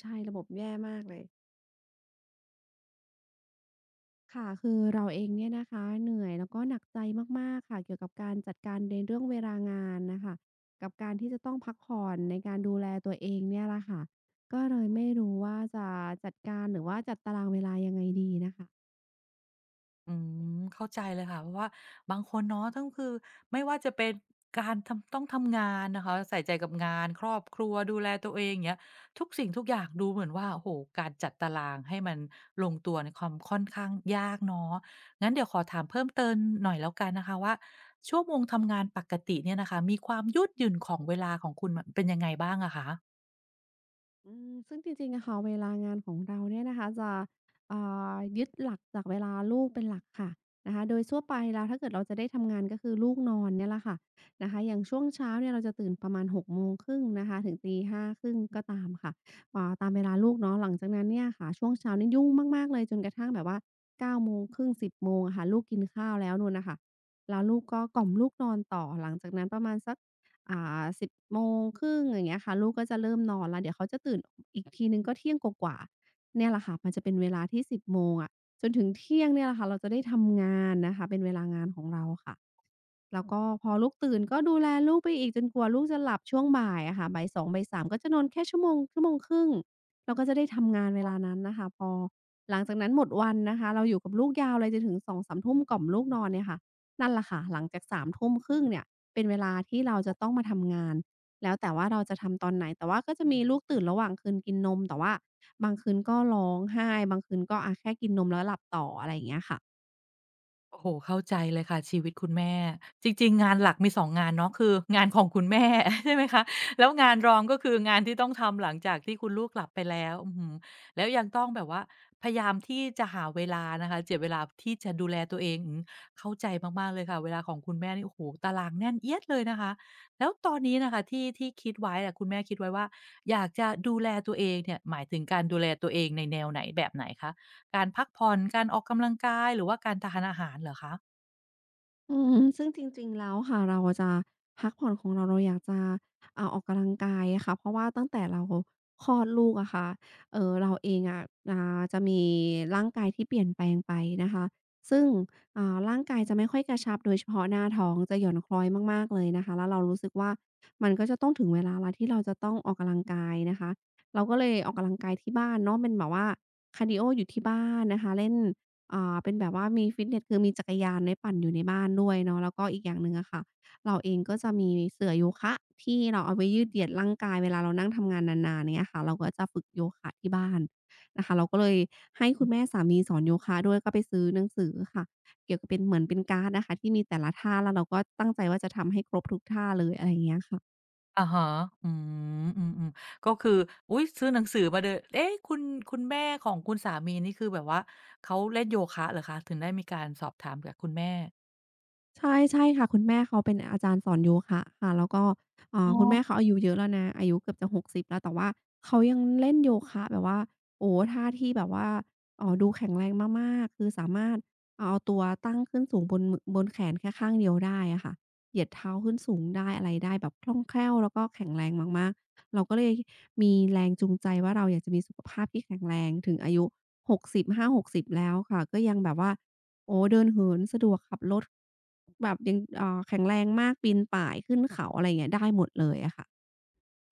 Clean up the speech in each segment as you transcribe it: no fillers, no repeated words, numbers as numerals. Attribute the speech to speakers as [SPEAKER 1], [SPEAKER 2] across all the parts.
[SPEAKER 1] ใช่ระบบแย่มากเลยค่ะคือเราเองเนี่ยนะคะเหนื่อยแล้วก็หนักใจมากๆค่ะเกี่ยวกับการจัดการในเรื่องเวลางานน่ะค่ะกับการที่จะต้องพักผ่อนในการดูแลตัวเองเนี่ยล่ะค่ะก็เลยไม่รู้ว่าจะจัดการหรือว่าจัดตารางเวลายังไงดีน่ะค่ะ
[SPEAKER 2] อืมเข้าใจเลยค่ะเพราะว่าบางคนเนาะต้องไม่ว่าจะเป็นการทำต้องทำงานนะคะใส่ใจกับงานครอบครัวดูแลตัวเองอย่างเงี้ยทุกสิ่งทุกอย่างดูเหมือนว่าโอ้โฮการจัดตารางให้มันลงตัวในความค่อนข้างยากเนาะงั้นเดี๋ยวขอถามเพิ่มเติมหน่อยแล้วกันนะคะว่าชั่วโมงทำงานปกติเนี่ยนะคะมีความยืดหยุ่นของเวลาของคุณมันเป็นยังไงบ้างอะคะ
[SPEAKER 1] อืมซึ่งจริงๆอะค่ะเวลางานของเราเนี่ยนะคะจะอ่ยึดหลักจากเวลาลูกเป็นหลักค่ะนะคะโดยทั่วไปแล้วถ้าเกิดเราจะได้ทำงานก็คือลูกนอนเนี่ยแหละค่ะนะคะอย่างช่วงเช้าเนี่ยเราจะตื่นประมาณหกโมงครึ่งนะคะถึง5่งก็ตามค่ะตามเวลาลูกเนาะหลังจากนั้นเนี่ยค่ะช่วงเช้านี่ยุ่งมากๆเลยจนกระทั่งแบบว่า9:30 10:00อะค่ะลูกกินข้าวแล้วนู่นน่ะค่ะแล้วลูกก็กล่อมลูกนอนต่อหลังจากนั้นประมาณสัก 1 0่งอย่างเงี้ยค่ะลูกก็จะเริ่มนอนแล้วเดี๋ยวเขาจะตื่นอีกทีหนึ่งก็เที่ยงกว่าๆเนี่ยแหละค่ะมันจะเป็นเวลาที่1บโมงอะจนถึงเที่ยงเนี่ยแหละค่ะเราจะได้ทำงานนะคะเป็นเวลางานของเราค่ะแล้วก็พอลูกตื่นก็ดูแลลูกไปอีกจนกว่าลูกจะหลับช่วงบ่ายอะค่ะบ่ายสองบ่าย3ก็จะนอนแค่ชั่วโมงชั่วโมงครึ่งเราก็จะได้ทำงานเวลานั้นน่ะค่ะพอหลังจากนั้นหมดวันนะคะเราอยู่กับลูกยาวเลยจนถึงสองสามทุ่มกล่อมลูกนอนเนี่ยค่ะนั่นแหละค่ะหลังจากสามทุ่มครึ่งเนี่ย เป็นเวลาที่เราจะต้องมาทำงานแล้วแต่ว่าเราจะทำตอนไหนแต่ว่าก็จะมีลูกตื่นระหว่างคืนกินนมแต่ว่าบางคืนก็ร้องไห้บางคืนก็อาแค่กินนมแล้วหลับต่ออะไรอย่างเงี้ยค่ะ
[SPEAKER 2] โอ้โฮเข้าใจเลยค่ะชีวิตคุณแม่จริงๆงานหลักมี2งงานเนาะคืองานของคุณแม่ ใช่ไหมคะแล้วงานรองก็คืองานที่ต้องทำหลังจากที่คุณลูกหลับไปแล้วอื้อฮือแล้วยังต้องแบบว่าพยายามที่จะหาเวลานะคะเจียดเวลาที่จะดูแลตัวเองอืมเข้าใจมากๆเลยค่ะเวลาของคุณแม่นี่โอ้โฮตารางแน่นเอี๊ยดเลยนะคะแล้วตอนนี้น่ะค่ะที่คิดไว้อะคุณแม่คิดไว้ว่าอยากจะดูแลตัวเองเนี่ยหมายถึงการดูแลตัวเองในแนวไหนแบบไหนคะ การพักผ่อนการออกกำลังกาย หรือว่าการทานอาหารเหรอคะ
[SPEAKER 1] อืมซึ่งจริงๆแล้วค่ะเราอะจะพักผ่อนของเราเราอยากจะออกกำลังกายอะค่ะเพราะว่าตั้งแต่เราคลอดลูกอะค่ะเราเองอะจะมีร่างกายที่เปลี่ยนแปลงไปนะคะซึ่งร่างกายจะไม่ค่อยกระชับโดยเฉพาะหน้าท้องจะหย่อนคล้อยมากๆเลยนะคะแล้วเรารู้สึกว่ามันก็จะต้องถึงเวลาแล้วที่เราจะต้องออกกำลังกายนะคะเราก็เลยออกกำลังกายที่บ้านเนาะเป็นแบบว่าคาร์ดีโออยู่ที่บ้านนะคะเล่น เป็นแบบว่ามีฟิตเนสคือมีจักรยานไว้ปั่นอยู่ในบ้านด้วยเนาะแล้วก็อีกอย่างหนึ่งอะค่ะเราเองก็จะมีเสื่อโยคะที่เราเอาไว้ยืดเหยียดร่างกายเวลาเรานั่งทำงานนานๆอย่างเงี้ยค่ะเราก็จะฝึกโยคะที่บ้านนะคะเราก็เลยให้คุณแม่สามีสอนโยคะด้วยก็ไปซื้อหนังสือค่ะเกี่ยวกับเป็นเหมือนเป็นการ์ดนะคะที่มีแต่ละท่าแล้วเราก็ตั้งใจว่าจะทำให้ครบทุกท่าเลยอะไรอย่างเงี้ยค่ะ
[SPEAKER 2] อะฮะอืม อืมๆก็คือ อุ๊ยซื้อหนังสือมาเดอะเอ๊ะคุณแม่ของคุณสามีนี่คือแบบว่าเขาเล่นโยคะเหรอคะ ถึงได้มีการสอบถามจากคุณแม่
[SPEAKER 1] ใช่ใช่ค่ะคุณแม่เขาเป็นอาจารย์สอนโยคะค่ะแล้วก็
[SPEAKER 2] อ๋อ
[SPEAKER 1] คุณแม่เขาอายุเยอะแล้วนะอายุเกือบจะ60แล้วแต่ว่าเขายังเล่นโยคะแบบว่าโอ้โฮท่าที่แบบว่าดูแข็งแรงมากๆคือสามารถเอาตัวตั้งขึ้นสูงบนมอบนแขนแค่ข้างเดียวได้อะค่ะเหยียดเท้าขึ้นสูงได้อะไรได้แบบคล่องแคล่วแล้วก็แข็งแรงมากๆเราก็เลยมีแรงจูงใจว่าเราอยากจะมีสุขภาพที่แข็งแรงถึงอายุ65 60แล้วค่ะก็ยังแบบว่า โอ้เดินเหินสะดวกขับรถแบบยังแข็งแรงมากปีนป่ายขึ้นเขาอะไรอย่างเงี้ยได้หมดเลยอะค่ะ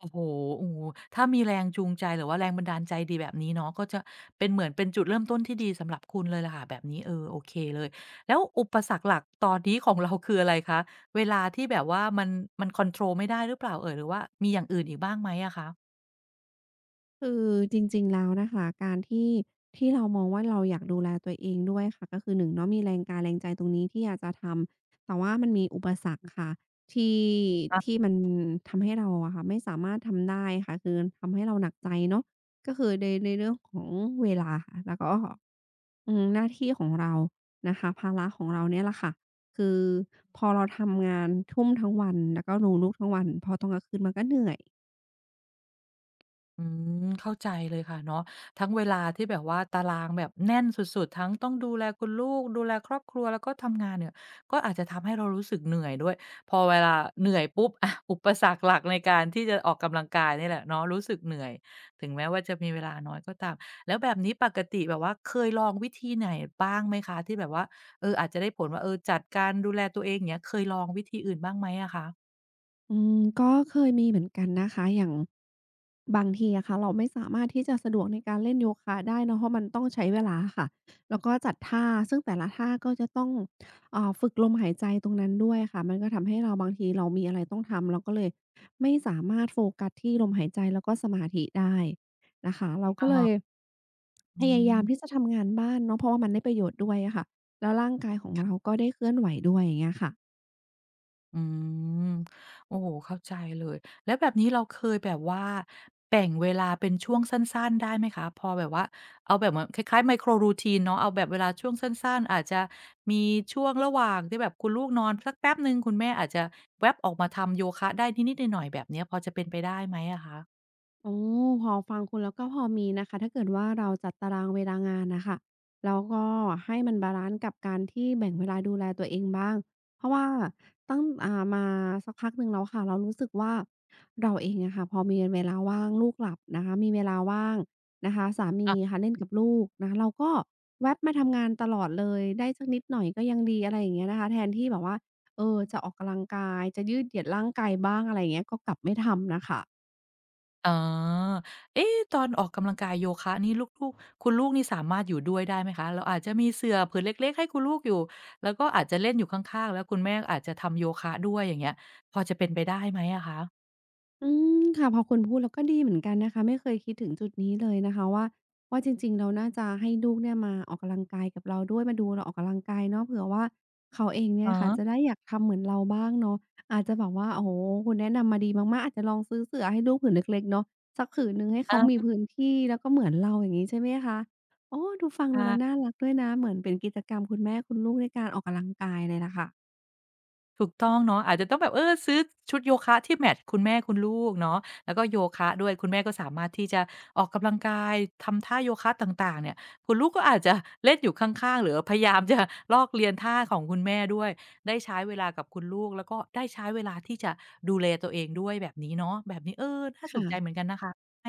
[SPEAKER 2] โอ้โหโอ้โฮถ้ามีแรงจูงใจหรือว่าแรงบันดาลใจดีแบบนี้เนาะก็จะเป็นเหมือนเป็นจุดเริ่มต้นที่ดีสำหรับคุณเลยล่ะค่ะแบบนี้เออโอเคเลย แล้วอุปสรรคหลักตอนนี้ของเราคืออะไรคะ เวลาที่แบบว่ามันคอนโทรลไม่ได้หรือเปล่าเอ่ยหรือว่ามีอย่างอื่นอีกบ้างไหมอะคะ
[SPEAKER 1] คือจริงๆแล้วนะคะการที่ที่เรามองว่าเราอยากดูแลตัวเองด้วยค่ะก็คือ1เนาะมีแรงกายแรงใจตรงนี้ที่อยากจะทำแต่ว่ามันมีอุปสรรคค่ะที่ที่มันทำให้เราอะค่ะไม่สามารถทำได้ค่ะคือทำให้เราหนักใจเนาะก็คือในเรื่องของเวลาค่ะแล้วก็ อืมหน้าที่ของเรานะคะภาระของเราเนี่ยแหละค่ะ คือพอเราทำงานทุ่มทั้งวัน แล้วก็ดูลูกทั้งวัน พอตอนกลางคืนมันก็เหนื่อย
[SPEAKER 2] อืมเข้าใจเลยค่ะเนาะทั้งเวลาที่แบบว่าตารางแบบแน่นสุดๆทั้งต้องดูแลคุณลูกดูแลครอบครัวแล้วก็ทำงานเนี่ยก็อาจจะทำให้เรารู้สึกเหนื่อยด้วยพอเวลาเหนื่อยปุ๊บอะอุปสรรคหลักในการที่จะออกกำลังกายนี่แหละเนาะรู้สึกเหนื่อยถึงแม้ว่าจะมีเวลาน้อยก็ตามแล้วแบบนี้ปกติแบบว่าเคยลองวิธีไหนบ้างไหมคะที่แบบว่าเอออาจจะได้ผลว่าเออจัดการดูแลตัวเองอย่างเงี้ยเคยลองวิธีอื่นบ้างไหมอะคะ
[SPEAKER 1] ก็เคยมีเหมือนกันนะคะอย่างบางทีอะค่ะเราไม่สามารถที่จะสะดวกในการเล่นโยคะได้เนาะเพราะมันต้องใช้เวลาค่ะแล้วก็จัดท่าซึ่งแต่ละท่าก็จะต้องฝึกลมหายใจตรงนั้นด้วยค่ะมันก็ทำให้เราบางทีเรามีอะไรต้องทำเราก็เลยไม่สามารถโฟกัสที่ลมหายใจแล้วก็สมาธิได้นะคะเราก็
[SPEAKER 2] อะ
[SPEAKER 1] เล
[SPEAKER 2] ฮะ
[SPEAKER 1] ย
[SPEAKER 2] อื
[SPEAKER 1] พยายามที่
[SPEAKER 2] ม
[SPEAKER 1] จะทำงานบ้านเนาะเพราะว่ามันได้ประโยชน์ด้วยอะค่ะแล้วร่างกายของเราก็ได้เคลื่อนไหวด้วยอย่างเงี้ยค่ะ
[SPEAKER 2] อืมโอ้โฮเข้าใจเลยแล้วแบบนี้เราเคยแบบว่าแบ่งเวลาเป็นช่วงสั้นๆได้ไหมคะพอแบบว่าเอาแบบเหมือนคล้ายๆไมโคร routine เนาะเอาแบบเวลาช่วงสั้นๆอาจจะมีช่วงระหว่างที่แบบคุณลูกนอนสักแป๊บหนึ่งคุณแม่อาจจะแว็บออกมาทำโยคะได้นิดๆหน่อยๆแบบเนี้ยพอจะเป็นไปได้ไหมอะคะ
[SPEAKER 1] โอ้พอฟังคุณแล้วก็พอมีนะคะถ้าเกิดว่าเราจัดตารางเวลางานน่ะค่ะแล้วก็ให้มันบาลันซ์กับการที่แบ่งเวลาดูแลตัวเองบ้างเพราะว่าตั้งมาสักพักหนึ่งแล้วค่ะเรารู้สึกว่าเราเองอะค่ะพอมีเวลาว่างลูกหลับนะคะมีเวลาว่างนะคะสามีค่ะเล่นกับลูกนะคะเราก็แว็บมาทำงานตลอดเลยได้สักนิดหน่อยก็ยังดีอะไรอย่างเงี้ยนะคะแทนที่แบบว่าเออจะออกกำลังกายจะยืดเหยียดร่างกายบ้างอะไรอย่างเงี้ยก็กลับไม่ทำน่ะค่ะ
[SPEAKER 2] อ๋อเอ๊ะตอนออกกำลังกายโยคะนี่ลูกๆคุณลูกนี่สามารถอยู่ด้วยได้ไหมคะ เราอาจจะมีเสื่อผืนเล็กๆให้คุณลูกอยู่ แล้วก็อาจจะเล่นอยู่ข้างๆ แล้วคุณแม่อาจจะทำโยคะด้วยอย่างเงี้ยพอจะเป็นไปได้ไหมอะคะ
[SPEAKER 1] อืมค่ะพอคุณพูดแล้วก็ดีเหมือนกันนะคะไม่เคยคิดถึงจุดนี้เลยนะคะว่าจริงๆเราน่าจะให้ลูกเนี่ยมาออกกำลังกายกับเราด้วยมาดูเราออกกำลังกายเนาะเผื่อว่าเขาเองเนี่
[SPEAKER 2] อ๋
[SPEAKER 1] ย
[SPEAKER 2] อ
[SPEAKER 1] ค่ะจะได้อยากทำเหมือนเราบ้างเนาะอาจจะแบบว่าโอ้โฮคุณแนะนำมาดีมากๆอาจจะลองซื้อเสื่อให้ลูกผืนเล็กๆเนาะสักผืนหนึ่งให้
[SPEAKER 2] อ
[SPEAKER 1] เขามี
[SPEAKER 2] า
[SPEAKER 1] พื้นที่แล้วก็เหมือนเราอย่างงี้ใช่ไหมคะโอ้ดูฟังดูแล้วน่า
[SPEAKER 2] ค่ะ
[SPEAKER 1] รักด้วยนะเหมือนเป็นกิจกรรมคุณแม่คุณลูกในการออกกำลังกายเลยล่ะค่ะ
[SPEAKER 2] ถูกต้องเนาะอาจจะต้องแบบเออซื้อชุดโยคะที่แมตช์คุณแม่คุณลูกเนาะแล้วก็โยคะด้วยคุณแม่ก็สามารถที่จะออกกำลังกายทำท่าโยคะต่างๆเนี่ยคุณลูกก็อาจจะเล่นอยู่ข้างๆหรือพยายามจะลอกเลียนท่าของคุณแม่ด้วยได้ใช้เวลากับคุณลูกแล้วก็ได้ใช้เวลาที่จะดูแลตัวเองด้วยแบบนี้เนาะแบบนี้เออน่าสนใจเหมือน
[SPEAKER 1] ค่ะ
[SPEAKER 2] กันนะคะไหม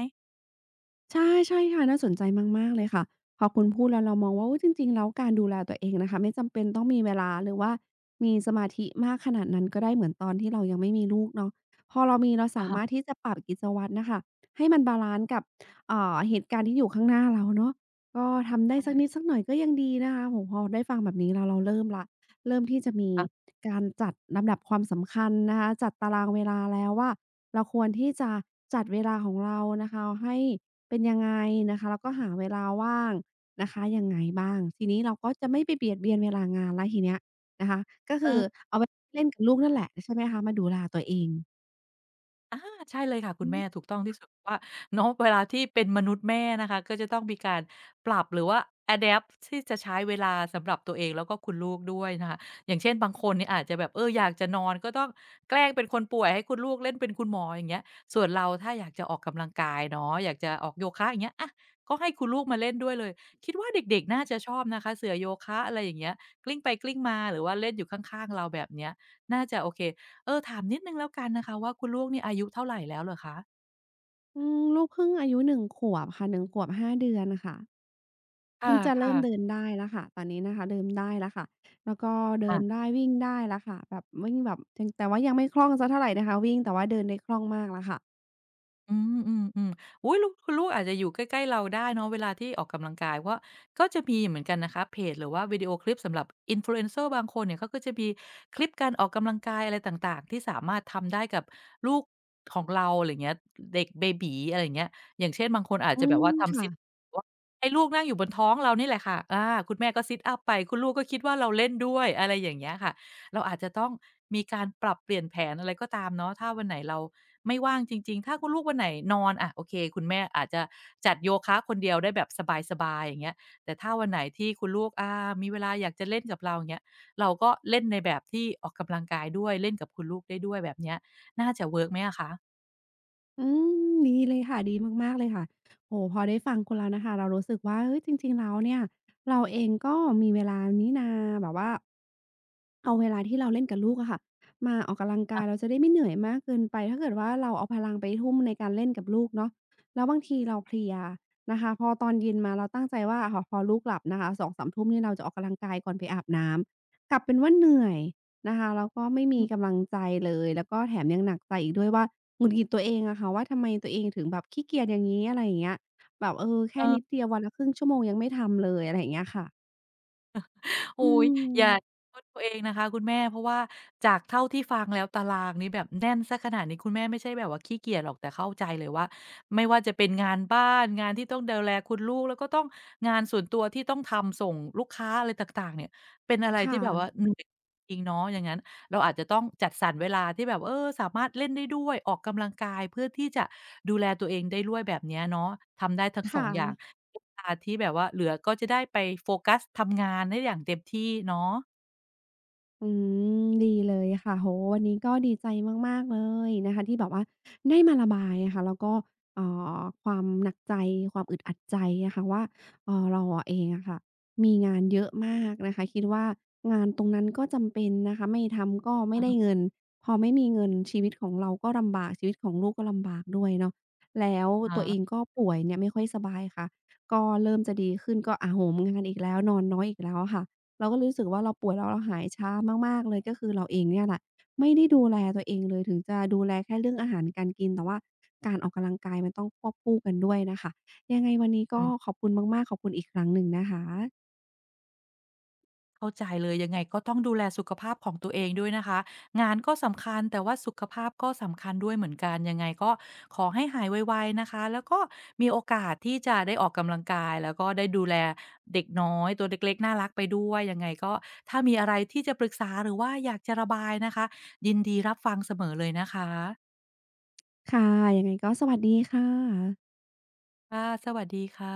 [SPEAKER 1] ใช่ใช่ค่ะน่าสนใจมากๆเลยค่ะพอคุณพูดแล้วเรามองว่าอุ๊ยจริงๆแล้วการดูแลตัวเองนะคะไม่จำเป็นต้องมีเวลาหรือว่ามีสมาธิมากขนาดนั้นก็ได้เหมือนตอนที่เรายังไม่มีลูกเนาะพอเรามีเรา
[SPEAKER 2] อะ
[SPEAKER 1] สา
[SPEAKER 2] ฮะ
[SPEAKER 1] มารถที่จะปรับกิจวัตรน่ะค่ะให้มันบาลันซ์กับเหตุการณ์ที่อยู่ข้างหน้าเราเนาะก็ทำได้สัก
[SPEAKER 2] ใช่
[SPEAKER 1] นิดสักหน่อยก็ยังดีนะคะโอ้โฮพอได้ฟังแบบนี้แล้วเราเริ่มแล้วเริ่มที่จะมี
[SPEAKER 2] ค่ะ
[SPEAKER 1] การจัดลำดับความสำคัญนะคะจัดตารางเวลาแล้วว่าเราควรที่จะจัดเวลาของเรานะคะให้ เป็นยังไงนะคะแล้วก็หาเวลาว่างนะคะยังไงบ้างทีนี้เราก็จะไม่ไปเบียดเบียนเวลางานแล้วทีเนี้ยนะคะก็
[SPEAKER 2] เอ
[SPEAKER 1] คือ
[SPEAKER 2] อ
[SPEAKER 1] เอาไวลเล่นกับลูกนั่นแหละใช่ไหมคะมาดูแลตัวเอง
[SPEAKER 2] อาใช่เลยค่ะคุ
[SPEAKER 1] อื
[SPEAKER 2] ณ
[SPEAKER 1] ม
[SPEAKER 2] แม่ถูกต้องที่สุดเพราะว่าเนาะเวลาที่เป็นมนุษย์แม่นะคะก็จะต้องมีการปรับหรือว่าอะแดปต์ที่จะใช้เวลาสำหรับตัวเองแล้วก็คุณลูกด้วยนะคะอย่างเช่นบางคนเนี่ยอาจจะแบบเอออยากจะนอนก็ต้องแกล้งเป็นคนป่วยให้คุณลูกเล่นเป็นคุณหมออย่างเงี้ยส่วนเราถ้าอยากจะออกกำลังกายเนาะอยากจะออกโยคะอย่างเงี้ยอะก็ให้คุณลูกมาเล่นด้วยเลยคิดว่าเด็กๆน่าจะชอบนะคะเสื่อโยคะอะไรอย่างเงี้ยกลิ้งไปกลิ้งมาหรือว่าเล่นอยู่ข้างๆเราแบบเนี้ยน่าจะโอเค ถามนิดหนึ่งแล้วกันนะคะว่าคุณลูกเนี่ยอายุเท่าไรแล้วเหรอคะ
[SPEAKER 1] อืมลูกเพิ่งอายุ1ขวบค่ะ1ขวบ5เดือนนะค่ะ
[SPEAKER 2] ค่ะ
[SPEAKER 1] เพิ่งจะเริ่มเดิ
[SPEAKER 2] ค่ะ
[SPEAKER 1] นได้แล้วค่ะตอนนี้นะคะเดินได้แล้วค่ะแล้วก็เดิ
[SPEAKER 2] อา
[SPEAKER 1] นได้วิ่งได้แล้วค่ะแบบวิ่งแบบแต่ว่ายังไม่คล่องสักเท่าไรนะคะวิ่งแต่ว่าเดินได้คล่องมากแล้วค่ะ
[SPEAKER 2] อืมๆๆอุ๊ยลูกคุณลูกอาจจะอยู่ใกล้ๆเราได้เนาะเวลาที่ออกกำลังกายเพราะก็จะมีเหมือนกันนะคะเพจหรือว่าวิดีโอคลิปสำหรับ Influencer บางคนเนี่ยเขาก็จะมีคลิปการออกกำลังกายอะไรต่างๆที่สามารถทำได้กับลูกของเราอะไรอย่างเงี้ยเด็กเบบี๋อะไรอย่างเงี้ยอย่างเช่นบางคนอาจ
[SPEAKER 1] อื
[SPEAKER 2] จะแบบ
[SPEAKER 1] ม
[SPEAKER 2] ว่าทำ
[SPEAKER 1] ค่ะ
[SPEAKER 2] Sit Up ว่าให้ลูกนั่งอยู่บนท้องเรานี่แหละค่ะคุณแม่ก็ Sit Up ไปคุณลูกก็คิดว่าเราเล่นด้วยอะไรอย่างเงี้ยค่ะ เราอาจจะต้องมีการปรับเปลี่ยนแผนอะไรก็ตามเนาะถ้าวันไหนเราไม่ว่างจริงๆถ้าคุณลูกวันไหนนอนอะโอเคคุณแม่อาจจะจัดโยคะคนเดียวได้แบบสบายๆอย่างเงี้ยแต่ถ้าวันไหนที่คุณลูกมีเวลาอยากจะเล่นกับเราอย่างเงี้ยเราก็เล่นในแบบที่ออกกำลังกายด้วยเล่นกับคุณลูกได้ด้วยแบบเนี้ยน่าจะเวิร์กไหมอะคะ
[SPEAKER 1] อืมดีเลยค่ะดีมากๆเลยค่ะโอ้โฮพอได้ฟังคุณแล้วนะคะเรารู้สึกว่าเฮ้ยจริงๆแล้วเนี่ยเราเองก็มีเวลานี้นาแบบว่า เอาเวลาที่เราเล่นกับลูกอะค่ะมาออกกำลังกายเรา
[SPEAKER 2] ค่ะ
[SPEAKER 1] จะได้ไม่เหนื่อยมากเกินไปถ้าเกิดว่าเราเอาพลังไปทุ่มในการเล่นกับลูกเนาะแล้วบางทีเราเพลียนะคะพอตอนเย็นมาเราตั้งใจว่าหพอลูกหลับนะคะสองสามทุ่มนี่เราจะออกกำลังกายก่อนไปอาบน้ำกลับเป็นว่าเหนื่อยนะคะแล้วก็ไม่มีกำลังใจเลยแล้วก็แถมยังหนักใจอีกด้วยว่าหงุดหงิดตัวเองอะค่ะว่าทำไมตัวเองถึงแบบขี้เกียจอย่างงี้อะไรอย่างเงี้ยแบบแค่นิด
[SPEAKER 2] เออ
[SPEAKER 1] เดียววันละครึ่งชั่วโมงยังไม่ทำเลยอะไรอย่างเงี้ยค่ะ
[SPEAKER 2] โอ๊
[SPEAKER 1] อื
[SPEAKER 2] ยอย่า
[SPEAKER 1] ม
[SPEAKER 2] โทษตัวเองนะคะคุณแม่เพราะว่าจากเท่าที่ฟังแล้วตารางนี้แบบแน่นเสียขนาดนี้คุณแม่ไม่ใช่แบบว่าขี้เกียจหรอกแต่เข้าใจเลยว่าไม่ว่าจะเป็นงานบ้านงานที่ต้องดูแลคุณลูกแล้วก็ต้องงานส่วนตัวที่ต้องทำส่งลูกค้าอะไรต่างๆเนี่ยเป็นอะไร
[SPEAKER 1] ค
[SPEAKER 2] ที่แบบว่า
[SPEAKER 1] ่ะ
[SPEAKER 2] เหนื่อยจริงเนาะอย่างงั้น เราอาจจะต้องจัดสรรเวลาที่แบบสามารถเล่นได้ด้วยออกกำลังกายเพื่อที่จะดูแลตัวเองได้ด้วยแบบเนี้ยเนาะทำได้ทั้งสองอย่าง
[SPEAKER 1] ค่ะ
[SPEAKER 2] เวลาที่แบบว่าเหลือก็จะได้ไปโฟกัสทำงานได้อย่างเต็มที่เนาะ
[SPEAKER 1] อืมดีเลยค่ะโหวันนี้ก็ดีใจมากๆเลยนะคะที่แบบว่าได้มาระบายอะค่ะแล้วก็ความหนักใจความอึดอัดใจอะค่ะว่าเราอะเองอะค่ะมีงานเยอะมากนะคะคิดว่างานตรงนั้นก็จำเป็นนะคะไม่ทำก็ไม่
[SPEAKER 2] อะฮ
[SPEAKER 1] ได้เงินพอไม่มีเงินชีวิตของเราก็ลำบากชีวิตของลูกก็ลำบากด้วยเนาะแล้วตั
[SPEAKER 2] ะ
[SPEAKER 1] วเองก็ป่วยเนี่ยไม่ค่อยสบายค่ะก็เริ่มจะดีขึ้นก็โหมงานอีกแล้วนอนน้อยอีกแล้วอะค่ะ เราก็รู้สึกว่าเราป่วยแล้วเราหายช้ามากๆเลยก็คือเราเองเนี่ยแหละไม่ได้ดูแลตัวเองเลยถึงจะดูแลแค่เรื่องอาหารการกินแต่ว่าการออกกำลังกายมันต้องควบคู่กันด้วยน่ะค่ะยังไงวันนี้
[SPEAKER 2] อื
[SPEAKER 1] ก็
[SPEAKER 2] ม
[SPEAKER 1] ขอบคุณมากๆขอบคุณอีกครั้งหนึ่งนะคะ
[SPEAKER 2] เข้าใจเลยยังไงก็ต้องดูแลสุขภาพของตัวเองด้วยนะคะงานก็สำคัญแต่ว่าสุขภาพก็สำคัญด้วยเหมือนกันยังไงก็ขอให้หายไวๆนะคะแล้วก็มีโอกาสที่จะได้ออกกำลังกายแล้วก็ได้ดูแลเด็กน้อยตัวเล็กๆน่ารักไปด้วยยังไงก็ถ้ามีอะไรที่จะปรึกษาหรือว่าอยากจะระบายนะคะยินดีรับฟังเสมอเลยนะคะ
[SPEAKER 1] ค่ะยังไงก็สวัสดีค่ะ
[SPEAKER 2] ค่ะสวัสดีค่ะ